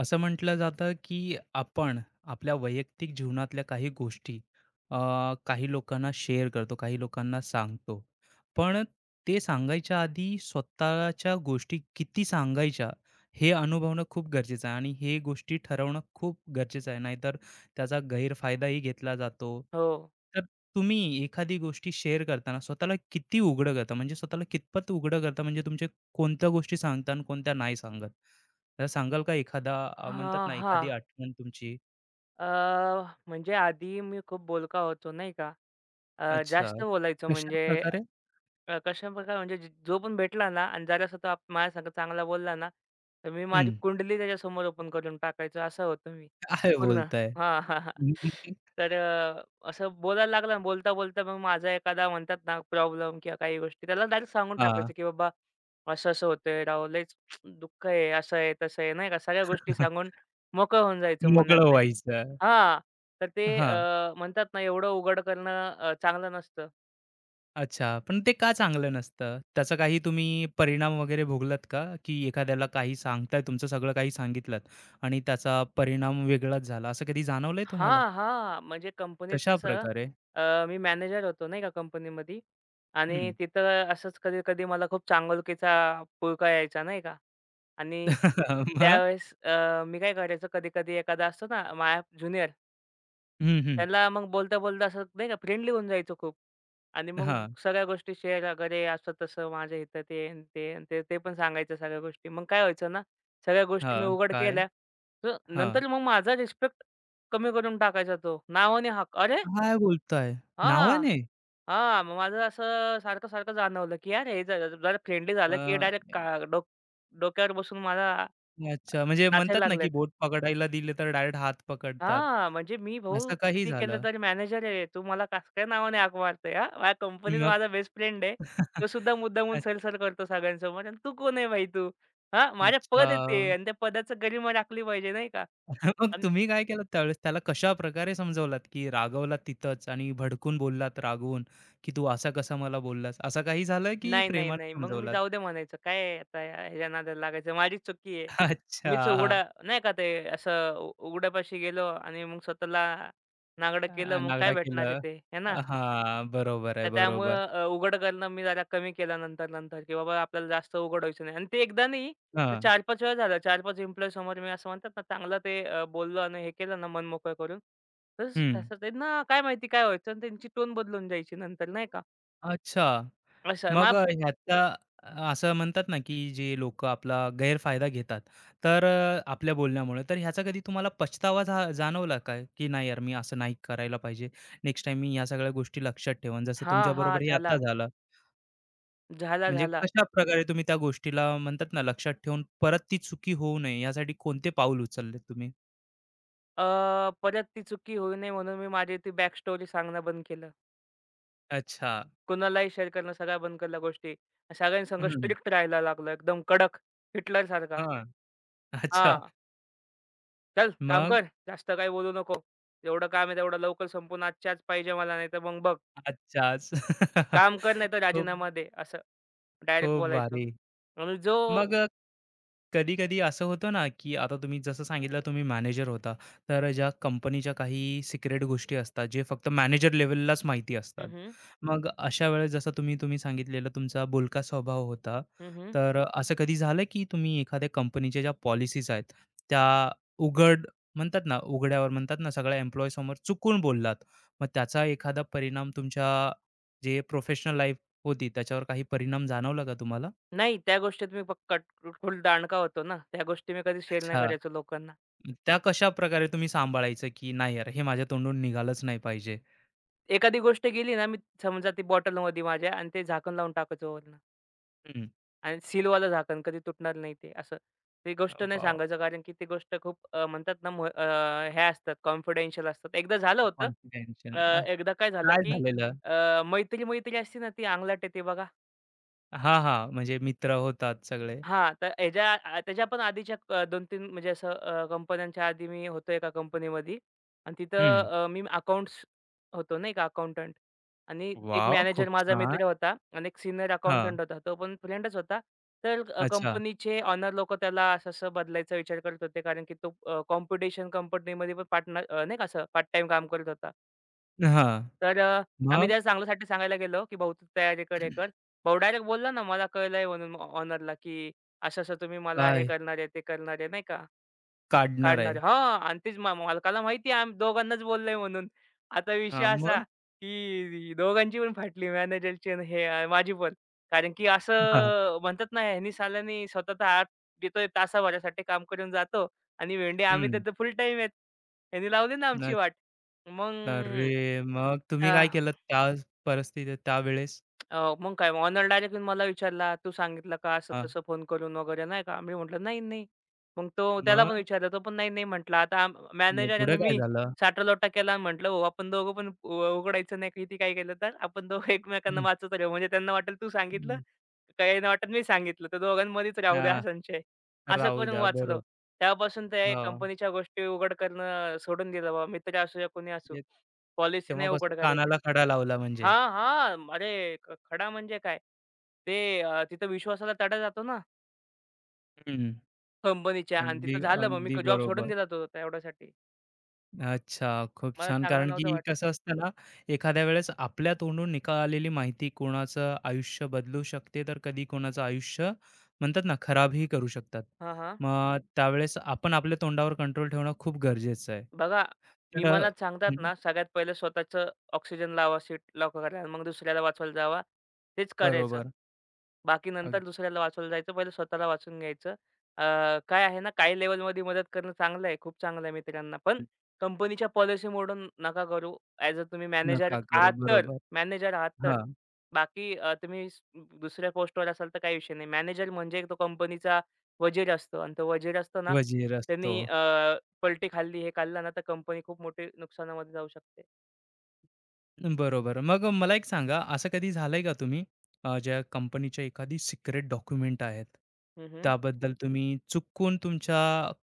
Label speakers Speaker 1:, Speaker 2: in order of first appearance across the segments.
Speaker 1: असं म्हटलं जातं की आपण आपल्या वैयक्तिक जीवनातल्या काही गोष्टी अ, काही लोकांना शेअर करतो, काही लोकांना सांगतो. पण ते सांगायच्या आधी स्वतःच्या गोष्टी किती सांगायच्या हे अनुभवणं खूप गरजेचं आहे आणि हे गोष्टी ठरवणं खूप गरजेचं आहे. नाहीतर त्याचा गैरफायदाही घेतला जातो.
Speaker 2: हो.
Speaker 1: तर तुम्ही एखादी गोष्टी शेअर करताना स्वतःला किती उघडं करता? म्हणजे स्वतःला कितपत उघडं करता? म्हणजे तुमच्या कोणत्या गोष्टी सांगता आणि कोणत्या नाही सांगत? तर सांगाल का एखादा म्हणतात
Speaker 2: हां,
Speaker 1: ना एखादी
Speaker 2: हां.
Speaker 1: आठवण तुमची?
Speaker 2: अ, म्हणजे आधी मी खूप बोलका होतो, नाही का.
Speaker 1: अच्छा.
Speaker 2: जास्त बोलायचो म्हणजे
Speaker 1: कशाप्रकारे?
Speaker 2: कशाप्रकारे म्हणजे जो पण भेटला ना आणि जरासा तो आप माझ्यासंग चांगला बोलला ना, तर मी माझी
Speaker 1: हं.
Speaker 2: कुंडली त्याच्यासमोर ओपन करून टाकायचो, असं होतो मी
Speaker 1: काय
Speaker 2: पूर्ण.
Speaker 1: बोलताय?
Speaker 2: हां, हां, हां. तर असं बोलायला लागलं बोलता-बोलता मग माझा एखादा म्हणतात ना प्रॉब्लेम किंवा काही गोष्टी त्याला डायरेक्ट सांगून
Speaker 1: हां.
Speaker 2: टाकायचं, की बाबा असं-असं होतंय राव, लयच दुःख आहे, असं आहे, तसं आहे, नाही का? सगळ्या गोष्टी सांगून मोकळं होऊन जायचं
Speaker 1: मोकळं
Speaker 2: मनातल्या.
Speaker 1: व्हायचं.
Speaker 2: हां, तर ते
Speaker 1: हां.
Speaker 2: म्हणतात ना एवढं उघड करणं चांगलं नसतं.
Speaker 1: अच्छा. पण ते का चांगलं नसतं? त्याचा काही तुम्ही परिणाम वगैरे भोगलात का? की एखाद्याला काही सांगताय, तुमचं सगळं काही सांगितलंत आणि त्याचा परिणाम वेगळाच झाला, असं कधी जाणवलंय तुम्हाला?
Speaker 2: हां, हां. म्हणजे कंपनीत कसं
Speaker 1: कशाप्रकारे?
Speaker 2: मी मॅनेजर होतो नाही का कंपनीमध्ये आणि
Speaker 1: हं.
Speaker 2: तिथं असंच कधी-कधी मला खूप चांगुलकीचा पुळका यायचा नाही का आणि
Speaker 1: मग?
Speaker 2: त्यावेळेस मी काय करायचो कधी-कधी एखादा असतो ना माझ्या ज्युनियर,
Speaker 1: हं, हं.
Speaker 2: त्याला मग बोलता-बोलता असं नाही का फ्रेंडली होऊन जायचो खूप. आणि मग
Speaker 1: हां,
Speaker 2: सगळ्या गोष्टी शेअर वगैरे असं-तसं माझ्या इथं ते अन् ते अन् ते, ते पण सांगायचं सगळ्या गोष्टी. मग काय व्हायचं ना, सगळ्या गोष्टी मी
Speaker 1: हां.
Speaker 2: उघड
Speaker 1: काय?
Speaker 2: केल्या, तर
Speaker 1: हां.
Speaker 2: नंतर मग माझा रिस्पेक्ट कमी करून टाकायचा तो. नावाने हक, "अरे!
Speaker 1: काय बोलताय?
Speaker 2: हां,
Speaker 1: नावाने?
Speaker 2: हां." मग माझं असं सारखं-सारखं जाणवलं, की यार हे जरा फ्रेंडली झालं, की डायरेक्ट डोक डोक्यावर बसून मला
Speaker 1: अच्छा, म्हणजे
Speaker 2: नाचायला
Speaker 1: म्हणतात ना, की
Speaker 2: लागलेत.
Speaker 1: बोट पकडायला दिले तर डायरेक्ट हात पकडतात.
Speaker 2: हां, म्हणजे मी भाऊ
Speaker 1: असं काही
Speaker 2: किती केलं
Speaker 1: झालं.
Speaker 2: तरी मॅनेजर आहे. तू मला कसं काय नावाने हाक मारतोय हां? माझ्या कंपनीत
Speaker 1: मग
Speaker 2: माझा बेस्ट फ्रेंड आहे. तो सुद्धा मुद्दामून सर-सर करतो सगळ्यांसमोर आणि तू कोण आहे भाई तू? हां, माझ्या पद
Speaker 1: अच्छा.
Speaker 2: आहे ते आणि त्या पदाचं गरिमा राखली पाहिजे नाही का?
Speaker 1: मग
Speaker 2: आणि
Speaker 1: तुम्ही काय केलं त्यावेळेस? त्याला कशाप्रकारे समजवलात, की रागवलात तिथंच आणि भडकून बोललात रागवून, की "तू असा कसा मला बोललास?" असं काही झालं, की
Speaker 2: नाही, नाही,
Speaker 1: प्रेमाने
Speaker 2: नाही. मग मी
Speaker 1: समजवलात?
Speaker 2: जाऊ दे म्हणायचं. काय आहे आता ह्याच्या नादाला लागायचं. माझीच चुकी आहे. मीच
Speaker 1: अच्छा.
Speaker 2: उघडा नाही का ते असं उघड्यापाशी गेलो आणि मग स्वतःला नांगडं केलं. मग काय
Speaker 1: नागडा
Speaker 2: भेटणार आहे
Speaker 1: केलं.
Speaker 2: ते, आहे ना?
Speaker 1: हां, बरोबर आहे,
Speaker 2: तर
Speaker 1: बरोबर.
Speaker 2: त्यामुळं उघड करणं मी जरा कमी केलं नंतर-नंतर, की बाबा आपल्याला जास्त उघड व्हायचं नाही. आणि ते एकदा नाही,
Speaker 1: हां.
Speaker 2: 4-5 वेळा झालं. 4-5 एम्प्लॉयी समोर मी असं म्हणतात ना, चांगलं ते बोललो आणि हे केलं ना, मन मोकळं करून, तर
Speaker 1: हं.
Speaker 2: तसं त्यांना काय माहिती काय व्हायचं आणि त्यांची टोन बदलून जायची नंतर नाही का.
Speaker 1: अच्छा.
Speaker 2: असं
Speaker 1: मग
Speaker 2: मग
Speaker 1: ह्याचा असं म्हणतात ना, की जे लोक आपला गैरफायदा घेतात, तर आपल्या बोलण्यामुळे, तर ह्याचा कधी तुम्हाला पछतावा जाणवला का? की नाही यार, मी असं नाही करायला पाहिजे. नेक्स्ट टाईम मी ह्या सगळ्या गोष्टी लक्षात ठेवेन. जसं
Speaker 2: हां, हां.
Speaker 1: तुमच्याबरोबर हे
Speaker 2: झाला,
Speaker 1: आता झालं.
Speaker 2: झाला,
Speaker 1: म्हणजे
Speaker 2: झाला.
Speaker 1: कशाप्रकारे तुम्ही त्या गोष्टीला म्हणतात ना, लक्षात ठेवून परत ती चुकी होऊ नये यासाठी कोणते पाऊल उचलले तुम्ही?
Speaker 2: अ, परत ती चुकी होऊ नये म्हणून मी माझी ती बॅक स्टोरी सांगणं बंद केलं.
Speaker 1: अच्छा.
Speaker 2: कुणालाही शेअर करणं सगळ्या बंद केल्या गोष्टी. सगळ्यांसंग
Speaker 1: हं.
Speaker 2: स्ट्रिक्ट राहायला लागलो एकदम कडक, हिटलरसारखा.
Speaker 1: हां. अच्छा.
Speaker 2: हां. चल काम
Speaker 1: मग?
Speaker 2: कर. जास्त काही बोलू नको. एवढं काम आहे तेवढं लवकर संपवून आजच्या आज पाहिजे मला. नाहीतर मग बघ
Speaker 1: अच्छाच.
Speaker 2: काम कर नाहीतर
Speaker 1: खूप
Speaker 2: राजीनामा दे." असं डायरेक्ट
Speaker 1: खूप
Speaker 2: बोलायचो.
Speaker 1: भारी.
Speaker 2: आणि जो
Speaker 1: मग कधी-कधी असं होतं ना, की आता तुम्ही जसं सांगितलं तुम्ही मॅनेजर होता. तर ज्या कंपनीच्या काही सिक्रेट गोष्टी असतात, जे फक्त मॅनेजर लेव्हललाच माहिती असतात.
Speaker 2: हं, हं.
Speaker 1: मग अशा वेळेस जसं तुम्ही तुम्ही सांगितलेलं तुमचा बोलका स्वभाव होता.
Speaker 2: हं, हं.
Speaker 1: तर असं कधी झालं, की तुम्ही एखाद्या कंपनीच्या ज्या पॉलिसीज आहेत, त्या उघड म्हणतात ना, उघड्यावर म्हणतात ना, सगळ्या एम्प्लॉयीसमोर चुकून बोललात. मग त्याचा एखादा परिणाम तुमच्या जे प्रोफेशनल लाईफ होती त्याच्यावर काही परिणाम जाणवला का तुम्हाला?
Speaker 2: नाही त्या गोष्टीत मी कट फुल दांडका होतो ना. त्या गोष्टी मी कधी शेअर नाही
Speaker 1: अच्छा.
Speaker 2: करायचो लोकांना.
Speaker 1: त्या कशा प्रकारे तुम्ही सांभाळायचं, की नाही यार हे माझ्या तोंडून निघालंच नाही पाहिजे?
Speaker 2: एखादी गोष्ट गेली ना, मी समजा ती बॉटलमध्ये माझ्या आणि ते झाकण लावून टाकायचो वरनं.
Speaker 1: हं.
Speaker 2: आणि सीलवालं झाकण कधी तुटणार नाही ते असं. ती गोष्ट नाही
Speaker 1: वॉव!
Speaker 2: सांगायचं कारण की ती गोष्ट खूप अ, म्हणतात ना म अ, हे असतात कॉन्फिडेन्शियल असतात. एकदा झालं होतं.
Speaker 1: कॉन्फिडेन्शियल
Speaker 2: अ, एकदा काय झालं
Speaker 1: काय
Speaker 2: की
Speaker 1: झालेलं?
Speaker 2: मैत्री-मैत्री असते ना ती अंगलाट येते बघा.
Speaker 1: हां, हां. म्हणजे मित्र होतात सगळे.
Speaker 2: हां, तर ह्याच्या त्याच्या पण आधीच्या 2-3 म्हणजे असं कंपन्यांच्या आधी मी होतो एका कंपनीमध्ये आणि
Speaker 1: हं.
Speaker 2: तिथं मी अकाउंट्स होतो नाही का अकाउंटंट आणि एक
Speaker 1: वॉव! खूप
Speaker 2: मॅनेजर माझा
Speaker 1: छान.
Speaker 2: मित्र होता आणि एक सीनियर
Speaker 1: हां.
Speaker 2: अकाउंटंट होता. तो पण फ्रेंडच होता. तर
Speaker 1: अच्छा.
Speaker 2: कंपनीचे ओनर लोकं त्याला असं-असं बदलायचा विचार करत होते कारण की तो कॉम्पिटिशन कंपनीमध्ये पण पार्टनर नाही का असं पार्ट टाईम काम करत होता.
Speaker 1: हां.
Speaker 2: तर आम्ही
Speaker 1: मग
Speaker 2: त्याला चांगल्यासाठी सांगायला गेलो, की "भाऊ तू तयारी कर, हे कर." भाऊ डायरेक्ट बोलला ना, "मला कळलंय" म्हणून ऑनरला, की "असं-असं तुम्ही मला हे
Speaker 1: काय?
Speaker 2: करणार आहे, ते करणार आहे," नाही का,
Speaker 1: काढणार आहे.
Speaker 2: "काढणार आहे." हां आणि तेच मालकाला माहिती आहे आम्ही दोघांनाच बोललंय म्हणून. आता विषय
Speaker 1: हां,
Speaker 2: असा,
Speaker 1: मग?
Speaker 2: की दोघांची पण फाटली मॅनेजरची आणि हे माझी पण. कारण की
Speaker 1: हां.
Speaker 2: असं म्हणतात ना, ह्यानी साल्यानी स्वतःचा हात देतोय तासाभरासाठी काम करून जातो आणि वेंडे आम्ही
Speaker 1: हं.
Speaker 2: तर फुल टाईम आहेत. ह्यानी लावली ना आमची
Speaker 1: न
Speaker 2: वाट. मग
Speaker 1: अरे! मग तुम्ही काय केलं त्या परिस्थितीत त्यावेळेस?
Speaker 2: मग काय मग डायरेक्ट येऊन मला विचारला, "तू सांगितलं का
Speaker 1: हां.
Speaker 2: असं-तसं फोन करून वगैरे?" नाही का. मी म्हटलं, "नाही, नाही." मग तो त्याला पण
Speaker 1: मग?
Speaker 2: विचारलं, तो पण "नाही, नाही" म्हटला. आता
Speaker 1: मग
Speaker 2: मॅनेजर
Speaker 1: पुढे
Speaker 2: आणि
Speaker 1: काय
Speaker 2: मी
Speaker 1: झालं?
Speaker 2: साठालोटा केला म्हटलं, "हो, आपण दोघं पण उघडायचं नाही किती काय केलं तर. आपण दोघं एकमेकांना
Speaker 1: हं.
Speaker 2: वाचत राहू." म्हणजे त्यांना वाटेल तू सांगितलं,
Speaker 1: हं.
Speaker 2: काहींना वाटेल मी सांगितलं. तर दोघांमध्येच राहू दे हा
Speaker 1: हां.
Speaker 2: संशय. असं
Speaker 1: राहू
Speaker 2: करून
Speaker 1: द्या.
Speaker 2: वाचलं.
Speaker 1: बरोबर.
Speaker 2: तेव्हापासून त्या
Speaker 1: हो.
Speaker 2: कंपनीच्या गोष्टी उघड करणं सोडून दिलं बाबा. मित्र असू या कोणी असू.
Speaker 1: म्हणजे
Speaker 2: पॉलिसी नाही उघड
Speaker 1: तेव्हापासून
Speaker 2: करायची.
Speaker 1: कानाला खडा लावला म्हणजे.
Speaker 2: हां, हां. अरे, खडा म्हणजे काय? ते तिथं विश्वासाला तडा जातो ना
Speaker 1: हं.
Speaker 2: कंपनीच्या आणि
Speaker 1: अगदी,
Speaker 2: तिथं झालं मग मी
Speaker 1: अगदी
Speaker 2: जॉब सोडून
Speaker 1: बरोबर.
Speaker 2: दिला तो तेवढ्यासाठी.
Speaker 1: अच्छा, खूप
Speaker 2: मला
Speaker 1: छान.
Speaker 2: चांगलं
Speaker 1: कारण की
Speaker 2: नव्हतं वाटत.
Speaker 1: कसं असतं ना, एखाद्या वेळेस आपल्या तोंडून निघालेली माहिती कोणाचं आयुष्य बदलू शकते, तर कधी कोणाचं आयुष्य म्हणतात ना, खराबही करू शकतात.
Speaker 2: हां, हां.
Speaker 1: मग त्यावेळेस आपण आपल्या तोंडावर कंट्रोल ठेवणं खूप गरजेचं आहे.
Speaker 2: बघा
Speaker 1: तर
Speaker 2: विमानात सांगतात ना, सगळ्यात पहिलं स्वतःचं ऑक्सिजन लावा, सीट लॉक करा आणि मग दुसऱ्याला वाचवायला जावा. तेच करायचं.
Speaker 1: बरोबर.
Speaker 2: बाकी
Speaker 1: अगदी
Speaker 2: नंतर दुसऱ्याला वाचवायला जायचं. पहिले स्वतःला वाचून घ्यायचं. अ, काय आहे ना, काही लेव्हलमध्ये मदत करणं चांगलं आहे. खूप चांगलं आहे मित्रांना. पण कंपनीच्या पॉलिसी मोडून नका करू. ॲज अ तुम्ही मॅनेजर
Speaker 1: नका करू.
Speaker 2: आहात तर.
Speaker 1: बरोबर.
Speaker 2: मॅनेजर आहात तर.
Speaker 1: हां,
Speaker 2: बाकी तुम्ही दुसऱ्या पोस्टवर असाल तर काही विषय नाही. मॅनेजर म्हणजे तो कंपनीचा वजीर असतो आणि तो वजीर असतो ना,
Speaker 1: वजीर असतो.
Speaker 2: त्यांनी पलटी खाल्ली, हे खाल्लं ना, तर कंपनी खूप मोठी नुकसानामध्ये जाऊ शकते.
Speaker 1: बरोबर. मग मला एक सांगा, असं कधी झालंय का तुम्ही ज्या कंपनीच्या एखादी सिक्रेट डॉक्युमेंट आहेत,
Speaker 2: हं, हं.
Speaker 1: त्याबद्दल तुम्ही चुकून तुमच्या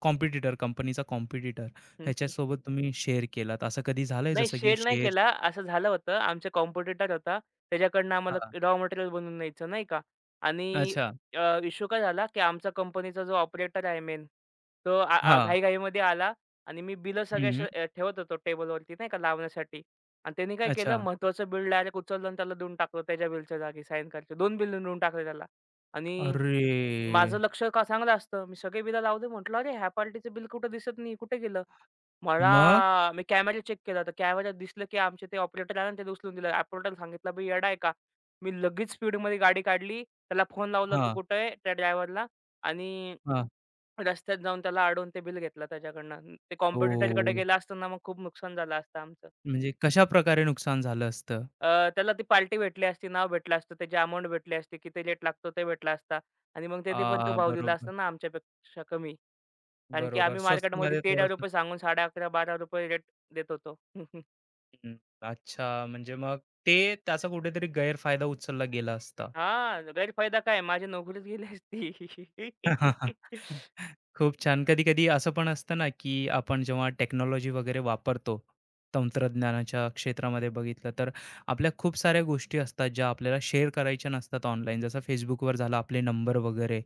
Speaker 1: कॉम्पिटिटर, कंपनीचा कॉम्पिटिटर ह्याच्यासोबत तुम्ही शेअर केलात, असं कधी झालंय?
Speaker 2: नाही
Speaker 1: जसं की
Speaker 2: शेअर नाही
Speaker 1: शेअर्स
Speaker 2: केला. असं झालं होतं आमचा कॉम्पिटिटर होता. त्याच्याकडनं आम्हाला
Speaker 1: हां.
Speaker 2: रॉ मटेरियल बनवून न्यायचं नाही का आणि
Speaker 1: अच्छा.
Speaker 2: इश्यू काय झाला, की आमचा कंपनीचा जो ऑपरेटर आहे मेन, तो आ आ
Speaker 1: हां.
Speaker 2: घाई-घाईमध्ये आला आणि मी बिलं सगळे
Speaker 1: हं.
Speaker 2: असे ठेवत होतो टेबलवरती नाही का लावण्यासाठी आणि त्यांनी काय केलं
Speaker 1: अच्छा.
Speaker 2: महत्वाचं बिल डायरेक्ट उचललं आणि त्याला देऊन टाकलं त्याच्या बिलच्या जागी साइन करायचे. 2 बिल देऊन टाकले त्याला आणि
Speaker 1: अरे!
Speaker 2: माझं लक्ष का चांगलं असतं. मी सगळे बिलं लावले. म्हटलं, "अरे, ह्या पार्टीचं बिल कुठं दिसत नाही. कुठे गेलं?" मला
Speaker 1: मग?
Speaker 2: मी कॅमेरा चेक केला, तर कॅमेऱ्यात दिसलं, की आमचे ते ऑपरेटर आहे ना, त्याने उचलून दिलं. ऑपरेटरला सांगितलं, "बे येडा आहे का?" मी लगेच स्पीडमध्ये गाडी काढली. त्याला फोन लावला, "तू
Speaker 1: हां,
Speaker 2: कुठे आहे?" त्या ड्रायव्हरला आणि
Speaker 1: हां.
Speaker 2: रस्त्यात जाऊन त्याला अडवून ते बिल घेतलं त्याच्याकडनं. ते कॉम्पिटिटरकडे
Speaker 1: ओह!
Speaker 2: गेलं असतं ना, मग खूप नुकसान झालं असतं आमचं.
Speaker 1: म्हणजे कशाप्रकारे नुकसान झालं असतं?
Speaker 2: त्याला ती पार्टी भेटली असती, नाव भेटलं असतं, त्याची अमाउंट भेटली असती, किती रेट लागतो ते भेटला असता आणि मग त्याने पण तो
Speaker 1: आ,
Speaker 2: भाव दिला
Speaker 1: बरोबर,
Speaker 2: असता ना आमच्यापेक्षा कमी. कारण की
Speaker 1: बरोबर.
Speaker 2: आम्ही मार्केटमध्ये
Speaker 1: स्वस्तमध्ये थोडंसं
Speaker 2: ₹13 सांगून ₹11.5-12 रेट देत होतो.
Speaker 1: हं, अच्छा म्हणजे मग ते त्याचा कुठेतरी गैरफायदा उचलला गेला असता.
Speaker 2: हां, गैरफायदा काय माझी नोकरीच गेली असती.
Speaker 1: खूप छान. कधी-कधी असं पण असतं ना, की आपण जेव्हा टेक्नॉलॉजी वगैरे वापरतो, तंत्रज्ञानाच्या क्षेत्रामध्ये बघितलं तर आपल्या खूप साऱ्या गोष्टी असतात, ज्या आपल्याला शेअर करायच्या नसतात ऑनलाईन. जसं Facebookवर झालं आपले नंबर वगैरे,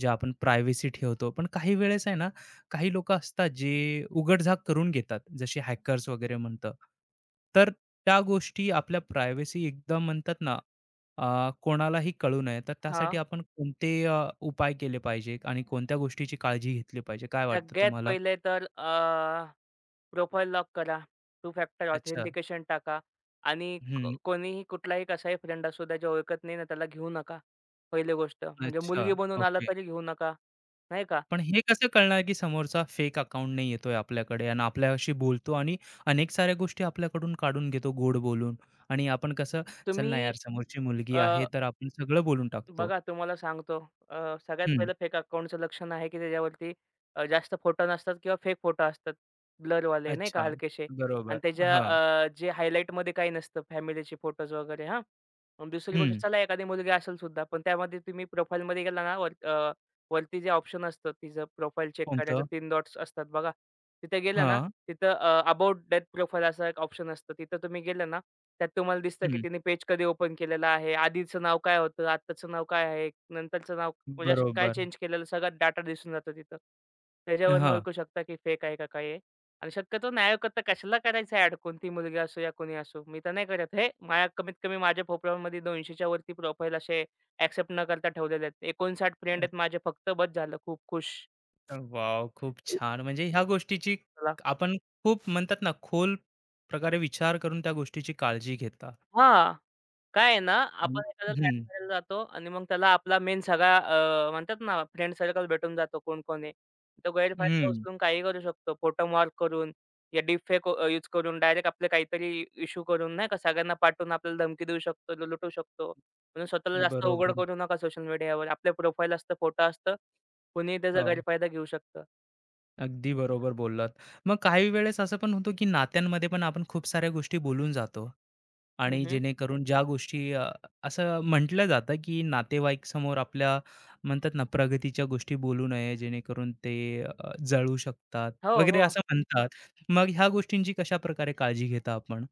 Speaker 1: जे आपण प्रायव्हसी ठेवतो. पण काही वेळेस आहे ना, काही लोकं असतात जे उघडझाक करून घेतात, जसे हॅकर्स वगैरे म्हणतं. तर त्या गोष्टी आपल्या प्रायव्हसी एकदम म्हणतात ना कोणालाही कळू नये, तर त्यासाठी
Speaker 2: हां,
Speaker 1: आपण कोणते उपाय केले पाहिजे आणि कोणत्या गोष्टीची काळजी घेतली पाहिजे? काय वाटतं
Speaker 2: सगळ्यात
Speaker 1: तुम्हाला?
Speaker 2: पहिले तर प्रोफाईल लॉक करा. टू फॅक्टर
Speaker 1: अच्छा.
Speaker 2: ऑथेंटिकेशन टाका आणि
Speaker 1: हं.
Speaker 2: कोणीही कुठलाही कसाही फ्रेंड असू त्याच्या ओळखत नाही ना त्याला घेऊ नका. पहिली गोष्ट म्हणजे
Speaker 1: अच्छा.
Speaker 2: मुलगी बनून आला
Speaker 1: ओके.
Speaker 2: तरी घेऊ नका, नाही का?
Speaker 1: पण हे कसं कळणार, की समोरचा फेक अकाउंट नाही येतोय आपल्याकडे आणि आपल्याशी बोलतो आणि अनेक साऱ्या गोष्टी आपल्याकडून काढून घेतो गोड बोलून आणि आपण कसं, "चल ना
Speaker 2: तुम्ही
Speaker 1: यार, समोरची मुलगी आहे, तर आपण सगळं बोलून टाकतो."
Speaker 2: बघा तुम्हाला सांगतो सगळ्यात
Speaker 1: हं.
Speaker 2: पहिलं फेक अकाउंटचं लक्षण आहे की त्याच्यावरती जास्त फोटो नसतात किंवा फेक फोटो असतात. ब्लरवाले नाही
Speaker 1: अच्छा.
Speaker 2: का हलकेशे
Speaker 1: बरोबर.
Speaker 2: आणि त्याच्या
Speaker 1: हां.
Speaker 2: जे हायलाइटमध्ये काही नसतं फॅमिलीचे फोटोज वगैरे हां. आणि दुसरी
Speaker 1: हं.
Speaker 2: गोष्ट चला एखादी मुलगी असेल सुद्धा, पण त्यामध्ये तुम्ही प्रोफाईलमध्ये गेला ना वर वरती जे ऑप्शन असतं तिचं प्रोफाईल चेक करायचं
Speaker 1: कोणतं?
Speaker 2: 3 डॉट्स असतात बघा. तिथे गेला ना
Speaker 1: हां.
Speaker 2: तिथं अबाउट डेथ प्रोफाइल असा एक ऑप्शन असतं. तिथं तुम्ही गेले ना, त्यात तुम्हाला दिसतं, की
Speaker 1: हं.
Speaker 2: तिने पेज कधी ओपन केलेलं आहे. आधीचं नाव काय होतं, आत्ताचं नाव काय आहे, नंतरचं नाव म्हणजे असं काय
Speaker 1: बरोबर.
Speaker 2: चेंज केलेलं सगळा डाटा दिसून जातो तिथं. त्याच्यावरनं
Speaker 1: हां.
Speaker 2: ओळखू शकता, की फेक आहे का काय आहे. आणि शक्यतो नायक तर कशाला करायचं ॲड कोणती मुलगी असो या कोणी असो. मी तर नाही करत. हे माझ्या कमीत कमी माझ्या प्रोफाइलमध्ये 200 वरती प्रोफाइल असे एक्सेप्ट न करता ठेवलेले आहेत. 59 फ्रेंड आहेत माझे फक्त बस झालं खूप खुश.
Speaker 1: वॉव! खूप छान. म्हणजे ह्या गोष्टीची
Speaker 2: चला.
Speaker 1: आपण खूप म्हणतात ना, खोल प्रकारे विचार करून त्या गोष्टीची काळजी घेता.
Speaker 2: हां. काय आहे ना,
Speaker 1: हं.
Speaker 2: आपण एखाद्याला ॲड
Speaker 1: हं,
Speaker 2: करायला जातो आणि मग त्याला आपला मेन सगळा म्हणतात ना फ्रेंड सर्कल भेटून जातो कोण-कोण आहे. तो गैरफायदा
Speaker 1: हं.
Speaker 2: उचलून काहीही करू शकतो. फोटो मॉर्क करून या डीपफेक यूज करून डायरेक्ट आपले काहीतरी इश्यू करून नाही का सगळ्यांना पाठवून आपल्याला धमकी देऊ शकतो, लुटू शकतो. म्हणून स्वतःला जास्त उघड
Speaker 1: बरोबर.
Speaker 2: करू नका सोशल मीडियावर. आपले प्रोफाईल असतं, फोटो असतं. कुणीही त्याचा
Speaker 1: हो.
Speaker 2: गैरफायदा घेऊ शकतं.
Speaker 1: अगदी बरोबर बोललात. मग काही वेळेस असं पण होतं, की नात्यांमध्ये पण आपण खूप साऱ्या गोष्टी बोलून जातो आणि
Speaker 2: हं,
Speaker 1: जेणेकरून ज्या गोष्टी असं म्हटलं जातं, की नातेवाईकासमोर आपल्या म्हणतात ना, प्रगतीच्या गोष्टी बोलू नये जेणेकरून ते जळू शकतात
Speaker 2: हो,
Speaker 1: वगैरे
Speaker 2: हो.
Speaker 1: असं म्हणतात. मग ह्या गोष्टींची कशाप्रकारे काळजी घेता आपण?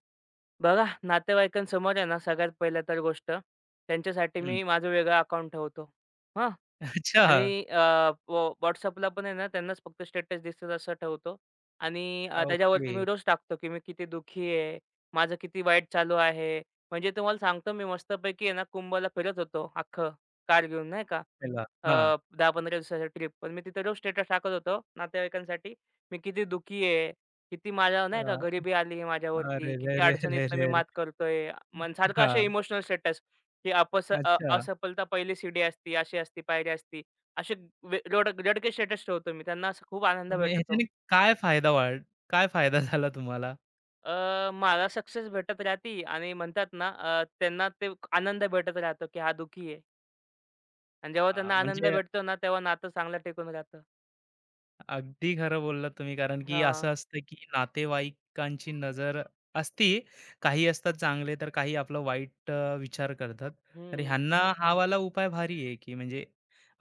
Speaker 2: बघा नातेवाईकांसमोर आहे ना सगळ्यात पहिल्या तर गोष्ट त्यांच्यासाठी
Speaker 1: हं.
Speaker 2: मी माझं वेगळं अकाउंट ठेवतो. हां.
Speaker 1: अच्छा.
Speaker 2: आणि वो WhatsAppला पण आहे ना, त्यांनाच फक्त स्टेटस दिसेल असं ठेवतो आणि त्याच्यावरती
Speaker 1: ओके.
Speaker 2: मी रोज टाकतो, की मी किती दुःखी आहे, माझं किती वाईट चालू आहे. म्हणजे तुम्हाला सांगतो मी मस्तपैकी आहे ना, कुंभला फिरत होतो अख्खं कार घेऊन नाही का.
Speaker 1: चला. हां.
Speaker 2: 10-15 दिवसाची ट्रिप. पण मी तिथे रोज स्टेटस टाकत होतो नातेवाईकांसाठी. मी किती दुःखी आहे, किती माझ्या
Speaker 1: अ,
Speaker 2: नाही का गरिबी आली आहे माझ्यावरती,
Speaker 1: अरे रे
Speaker 2: किती
Speaker 1: रे रे
Speaker 2: अडचणीतनं मी
Speaker 1: रे!
Speaker 2: मात करतोय. मन सारखं असे
Speaker 1: हां.
Speaker 2: इमोशनल स्टेटस, की
Speaker 1: अच्छा.
Speaker 2: असफलता पहिली सीडी असती, अशी असती, पायरी असती. असे वे रड रडके स्टेटस ठेवतो मी. त्यांना असं खूप आनंद
Speaker 1: मग
Speaker 2: भेटतो.
Speaker 1: ह्याच्याने काय फायदा झाला तुम्हाला?
Speaker 2: अ, मला सक्सेस भेटत राहती आणि म्हणतात ना त्यांना ते आनंद भेटत राहतो, की हा दुःखी आहे. आणि जेव्हा त्यांना आनंद
Speaker 1: म्हणजे
Speaker 2: भेटतो ना, तेव्हा नातं चांगलं टिकून राहतं.
Speaker 1: अगदी खरं बोललात तुम्ही कारण की असं
Speaker 2: हां.
Speaker 1: असतं की नातेवाईकांची नजर असती. काही असतात चांगले तर काही आपलं वाईट विचार करतात. तर
Speaker 2: हं.
Speaker 1: ह्यांना हा वाला उपाय भारी आहे की म्हणजे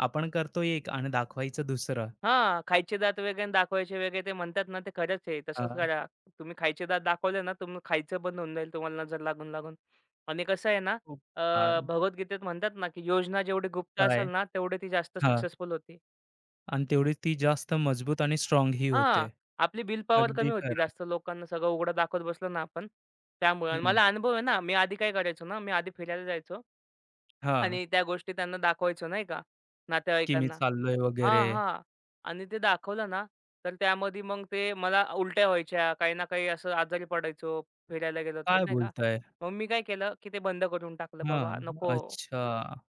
Speaker 1: आपण करतो एक आणि दाखवायचं दुसरं.
Speaker 2: हां, खायचे दात वेगळे आणि दाखवायचे वेगळे ते म्हणतात ना, ते खरंच आहे. तसंच
Speaker 1: हां,
Speaker 2: करा. तुम्ही खायचे दात दाखवले ना, तुम्ही खायचं बंद होऊन जाईल तुम्हाला नजर लागून-लागून. आणि कसं आहे ना,
Speaker 1: खूप
Speaker 2: अ,
Speaker 1: छान.
Speaker 2: भगवद्गीतेत म्हणतात ना, की योजना जेवढी गुप्त
Speaker 1: काय
Speaker 2: असेल ना, तेवढी ती जास्त
Speaker 1: हां.
Speaker 2: सक्सेसफुल होती.
Speaker 1: आणि तेवढीच ती जास्त मजबूत आणि स्ट्राँग ही होते.
Speaker 2: हां, आपली विल पॉवर
Speaker 1: अगदी
Speaker 2: कमी होती.
Speaker 1: खरं.
Speaker 2: जास्त लोकांना सगळं उघडं दाखवत बसलो ना आपण, त्यामुळे. आणि
Speaker 1: हं.
Speaker 2: मला अनुभव आहे ना, मी आधी काय करायचो ना, मी आधी फिरायला जायचो
Speaker 1: हां,
Speaker 2: आणि त्या गोष्टी त्यांना दाखवायचो नाही का,
Speaker 1: की मी
Speaker 2: नातेवाईकांना.
Speaker 1: चाललोय वगैरे.
Speaker 2: हां, हां. आणि ते दाखवलं ना, तर त्यामध्ये मग ते मला उलट्या व्हायच्या, काही ना काही असं आजारी पडायचो, फिरायला गेलो तर
Speaker 1: काय
Speaker 2: नाही का.
Speaker 1: बोलताय?
Speaker 2: मग मी काय केलं, की ते बंद करून टाकलं. बाबा
Speaker 1: हां.
Speaker 2: नको.
Speaker 1: अच्छा.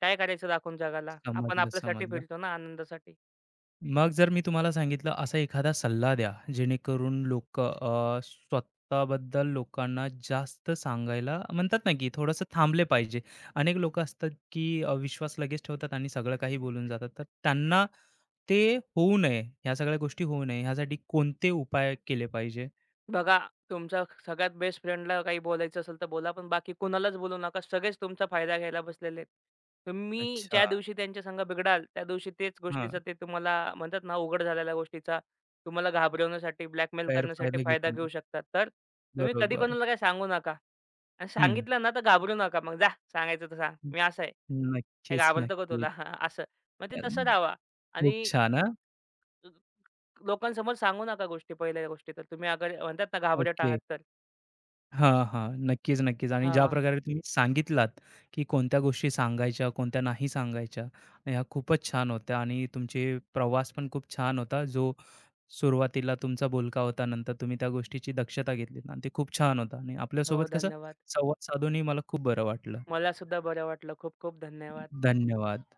Speaker 2: काय करायचं दाखवून जगाला? आपण
Speaker 1: समजलं,
Speaker 2: आपल्यासाठी
Speaker 1: समजलं.
Speaker 2: फिरतो ना आनंदासाठी.
Speaker 1: मग जर मी तुम्हाला सांगितलं असा एखादा सल्ला द्या, जेणेकरून लोकं स्वतःबद्दल लोकांना जास्त सांगायला म्हणतात ना, की थोडंसं थांबले पाहिजे. अनेक लोकं असतात, की विश्वास लगेच ठेवतात आणि सगळं काही बोलून जातात. तर त्यांना ते होऊ नये, ह्या सगळ्या गोष्टी होऊ नये, ह्यासाठी कोणते उपाय केले पाहिजे?
Speaker 2: बघा, तुमच्या सगळ्यात बेस्ट फ्रेंडला काही बोलायचं असेल तर बोला, पण बाकी कुणालाच बोलू नका. सगळेच तुमचा फायदा घ्यायला बसलेले आहेत. तुम्ही
Speaker 1: अच्छा.
Speaker 2: ज्या दिवशी त्यांच्या संग बिघडाल, त्या दिवशी तेच
Speaker 1: हां.
Speaker 2: गोष्टीचा ते तुम्हाला म्हणतात ना, उघड झालेल्या गोष्टीचा तुम्हाला घाबरवण्यासाठी, ब्लॅकमेल करण्यासाठी
Speaker 1: गैरफायदा
Speaker 2: फायदा
Speaker 1: घेतील.
Speaker 2: घेऊ शकतात. तर तुम्ही कधी
Speaker 1: बरोबर.
Speaker 2: कोणाला काही सांगू नका आणि
Speaker 1: हं.
Speaker 2: सांगितलं ना, तर घाबरू नका. मग जा सांगायचं तर सांग, मी असा आहे. "हे
Speaker 1: नक्कीच,
Speaker 2: घाबरतो का
Speaker 1: नक्कीच.
Speaker 2: तुला?" असं. मग ते
Speaker 1: अ,
Speaker 2: तसं राहावा
Speaker 1: खूप
Speaker 2: आणि
Speaker 1: छान
Speaker 2: लोकांसमोर सांगू नका गोष्टी पहिल्या गोष्टी तर. तुम्ही अगर म्हणतात ना, घाबरट
Speaker 1: ओके.
Speaker 2: आहात तर.
Speaker 1: हां, हां. नक्कीच, नक्कीच. आणि ज्या
Speaker 2: हां.
Speaker 1: प्रकारे तुम्ही सांगितलात, की कोणत्या गोष्टी सांगायच्या, कोणत्या नाही सांगायच्या. ह्या खूपच छान होत्या आणि तुमचे प्रवास पण खूप छान होता. जो सुरुवातीला तुमचा बोलका होता, नंतर तुम्ही त्या गोष्टीची दक्षता घेतलीत आणि ते खूप छान होतं आणि
Speaker 2: हो,
Speaker 1: आपल्यासोबत कसं
Speaker 2: धन्यवाद.
Speaker 1: संवाद साधूनही मला खूप बरं वाटलं.
Speaker 2: मला सुद्धा बरं वाटलं. खूप खूप धन्यवाद.
Speaker 1: धन्यवाद.